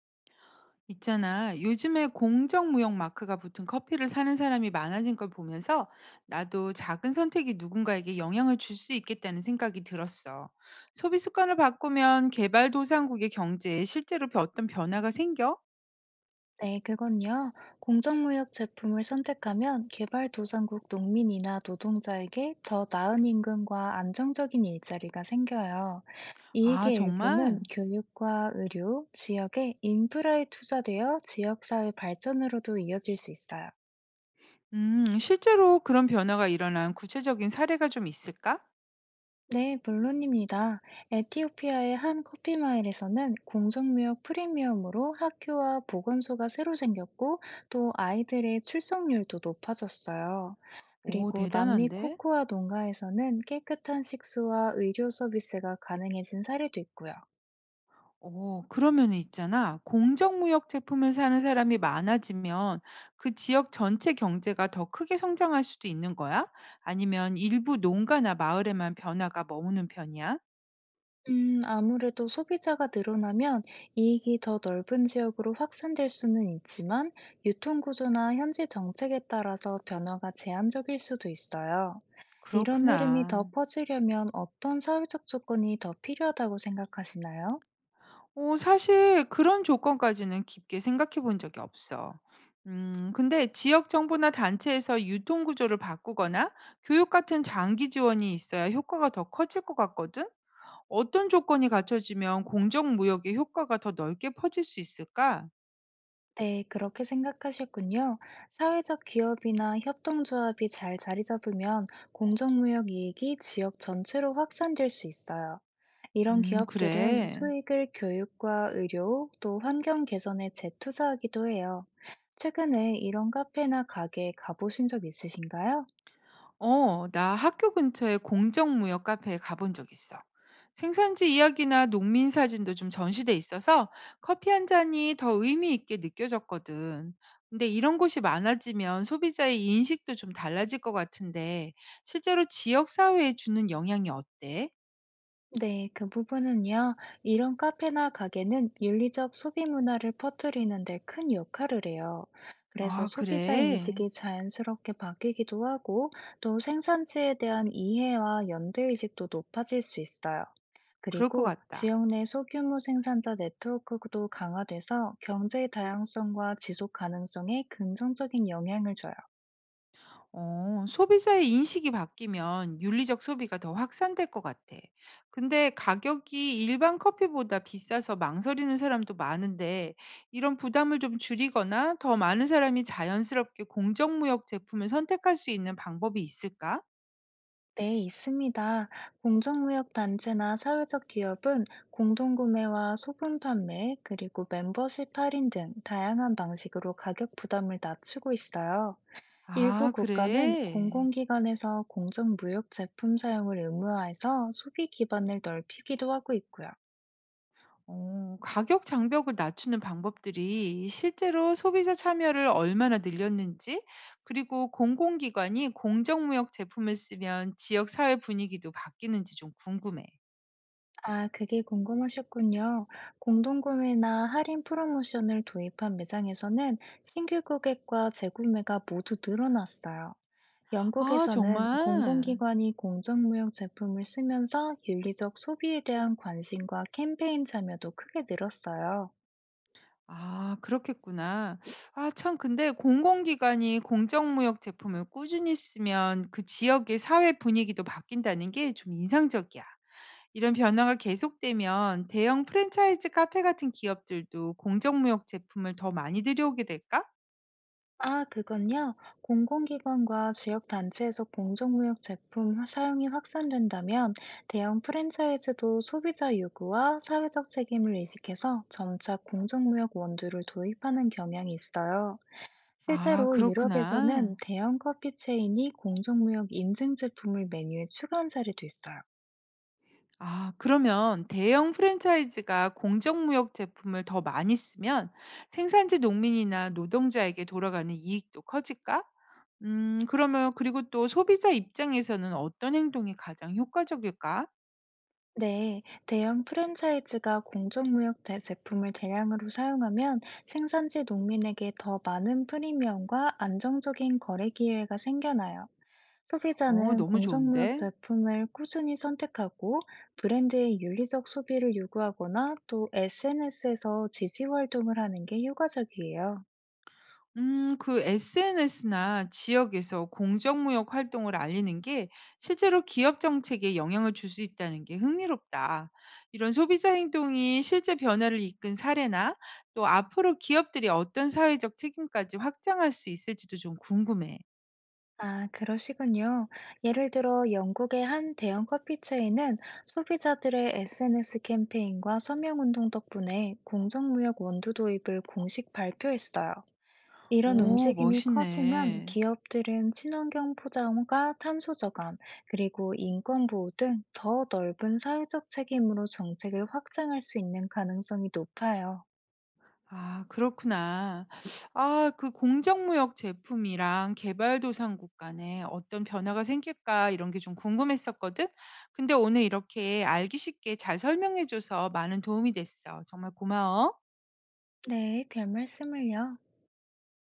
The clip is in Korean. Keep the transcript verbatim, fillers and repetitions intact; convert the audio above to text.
있잖아. 요즘에 공정무역 마크가 붙은 커피를 사는 사람이 많아진 걸 보면서 나도 작은 선택이 누군가에게 영향을 줄 수 있겠다는 생각이 들었어. 소비 습관을 바꾸면 개발도상국의 경제에 실제로 벼- 어떤 변화가 생겨? 네, 그건요. 공정무역 제품을 선택하면 개발도상국 농민이나 노동자에게 더 나은 임금과 안정적인 일자리가 생겨요. 아, 이익의 일부는 정말? 교육과 의료, 지역의 인프라에 투자되어 지역사회 발전으로도 이어질 수 있어요. 음, 실제로 그런 변화가 일어난 구체적인 사례가 좀 있을까? 네, 물론입니다. 에티오피아의 한 커피마일에서는 공정무역 프리미엄으로 학교와 보건소가 새로 생겼고 또 아이들의 출석률도 높아졌어요. 오, 그리고 남미 대단한데? 코코아 농가에서는 깨끗한 식수와 의료 서비스가 가능해진 사례도 있고요. 어, 그러면 있잖아. 공정무역 제품을 사는 사람이 많아지면 그 지역 전체 경제가 더 크게 성장할 수도 있는 거야? 아니면 일부 농가나 마을에만 변화가 머무는 편이야? 음, 아무래도 소비자가 늘어나면 이익이 더 넓은 지역으로 확산될 수는 있지만 유통구조나 현지 정책에 따라서 변화가 제한적일 수도 있어요. 이런 흐름이 더 그렇구나. 퍼지려면 어떤 사회적 조건이 더 필요하다고 생각하시나요? 어, 사실 그런 조건까지는 깊게 생각해 본 적이 없어. 음, 근데 지역 정부나 단체에서 유통 구조를 바꾸거나 교육 같은 장기 지원이 있어야 효과가 더 커질 것 같거든? 어떤 조건이 갖춰지면 공정무역의 효과가 더 넓게 퍼질 수 있을까? 네, 그렇게 생각하셨군요. 사회적 기업이나 협동조합이 잘 자리 잡으면 공정무역 이익이 지역 전체로 확산될 수 있어요. 이런 음, 기업들은 그래. 수익을 교육과 의료, 또 환경 개선에 재투자하기도 해요. 최근에 이런 카페나 가게 가보신 적 있으신가요? 어, 나 학교 근처에 공정무역 카페에 가본 적 있어. 생산지 이야기나 농민 사진도 좀 전시돼 있어서 커피 한 잔이 더 의미 있게 느껴졌거든. 근데 이런 곳이 많아지면 소비자의 인식도 좀 달라질 것 같은데 실제로 지역 사회에 주는 영향이 어때? 네, 그 부분은요. 이런 카페나 가게는 윤리적 소비 문화를 퍼뜨리는 데 큰 역할을 해요. 그래서 아, 소비자 그래. 인식이 자연스럽게 바뀌기도 하고, 또 생산지에 대한 이해와 연대의식도 높아질 수 있어요. 그럴 것 그리고 같다. 지역 내 소규모 생산자 네트워크도 강화돼서 경제의 다양성과 지속 가능성에 긍정적인 영향을 줘요. 어, 소비자의 인식이 바뀌면 윤리적 소비가 더 확산될 것 같아. 근데 가격이 일반 커피보다 비싸서 망설이는 사람도 많은데, 이런 부담을 좀 줄이거나 더 많은 사람이 자연스럽게 공정무역 제품을 선택할 수 있는 방법이 있을까? 네, 있습니다. 공정무역단체나 사회적 기업은 공동구매와 소분 판매, 그리고 멤버십 할인 등 다양한 방식으로 가격 부담을 낮추고 있어요. 일부 아, 국가는 그래. 공공기관에서 공정무역 제품 사용을 의무화해서 소비 기반을 넓히기도 하고 있고요. 어, 가격 장벽을 낮추는 방법들이 실제로 소비자 참여를 얼마나 늘렸는지, 그리고 공공기관이 공정무역 제품을 쓰면 지역 사회 분위기도 바뀌는지 좀 궁금해. 아, 그게 궁금하셨군요. 공동구매나 할인 프로모션을 도입한 매장에서는 신규 고객과 재구매가 모두 늘어났어요. 아, 영국에서는 정말? 공공기관이 공정무역 제품을 쓰면서 윤리적 소비에 대한 관심과 캠페인 참여도 크게 늘었어요. 아, 그렇겠구나. 아, 참, 근데 공공기관이 공정무역 제품을 꾸준히 쓰면 그 지역의 사회 분위기도 바뀐다는 게 좀 인상적이야. 이런 변화가 계속되면 대형 프랜차이즈 카페 같은 기업들도 공정무역 제품을 더 많이 들여오게 될까? 아, 그건요. 공공기관과 지역단체에서 공정무역 제품 사용이 확산된다면 대형 프랜차이즈도 소비자 요구와 사회적 책임을 의식해서 점차 공정무역 원두를 도입하는 경향이 있어요. 아, 실제로 유럽에서는 그렇구나. 대형 커피 체인이 공정무역 인증 제품을 메뉴에 추가한 사례도 있어요. 아, 그러면 대형 프랜차이즈가 공정무역 제품을 더 많이 쓰면 생산지 농민이나 노동자에게 돌아가는 이익도 커질까? 음, 그러면 그리고 또 소비자 입장에서는 어떤 행동이 가장 효과적일까? 네, 대형 프랜차이즈가 공정무역 대- 제품을 대량으로 사용하면 생산지 농민에게 더 많은 프리미엄과 안정적인 거래 기회가 생겨나요. 어, 소비자는 너무 공정무역 좋은데. 제품을 꾸준히 선택하고 브랜드의 윤리적 소비를 요구하거나 또 에스엔에스에서 지지 활동을 하는 게 효과적이에요. 음, 그 에스엔에스나 지역에서 공정무역 활동을 알리는 게 실제로 기업 정책에 영향을 줄 수 있다는 게 흥미롭다. 이런 소비자 행동이 실제 변화를 이끈 사례나 또 앞으로 기업들이 어떤 사회적 책임까지 확장할 수 있을지도 좀 궁금해. 아, 그러시군요. 예를 들어 영국의 한 대형 커피 체인은 소비자들의 에스엔에스 캠페인과 서명 운동 덕분에 공정무역 원두 도입을 공식 발표했어요. 이런 오, 움직임이 커지면 멋있네. 기업들은 친환경 포장과 탄소 저감, 그리고 인권 보호 등 더 넓은 사회적 책임으로 정책을 확장할 수 있는 가능성이 높아요. 아, 그렇구나. 아, 그 공정무역 제품이랑 개발도상국 간에 어떤 변화가 생길까 이런 게 좀 궁금했었거든. 근데 오늘 이렇게 알기 쉽게 잘 설명해 줘서 많은 도움이 됐어. 정말 고마워. 네, 별 말씀을요.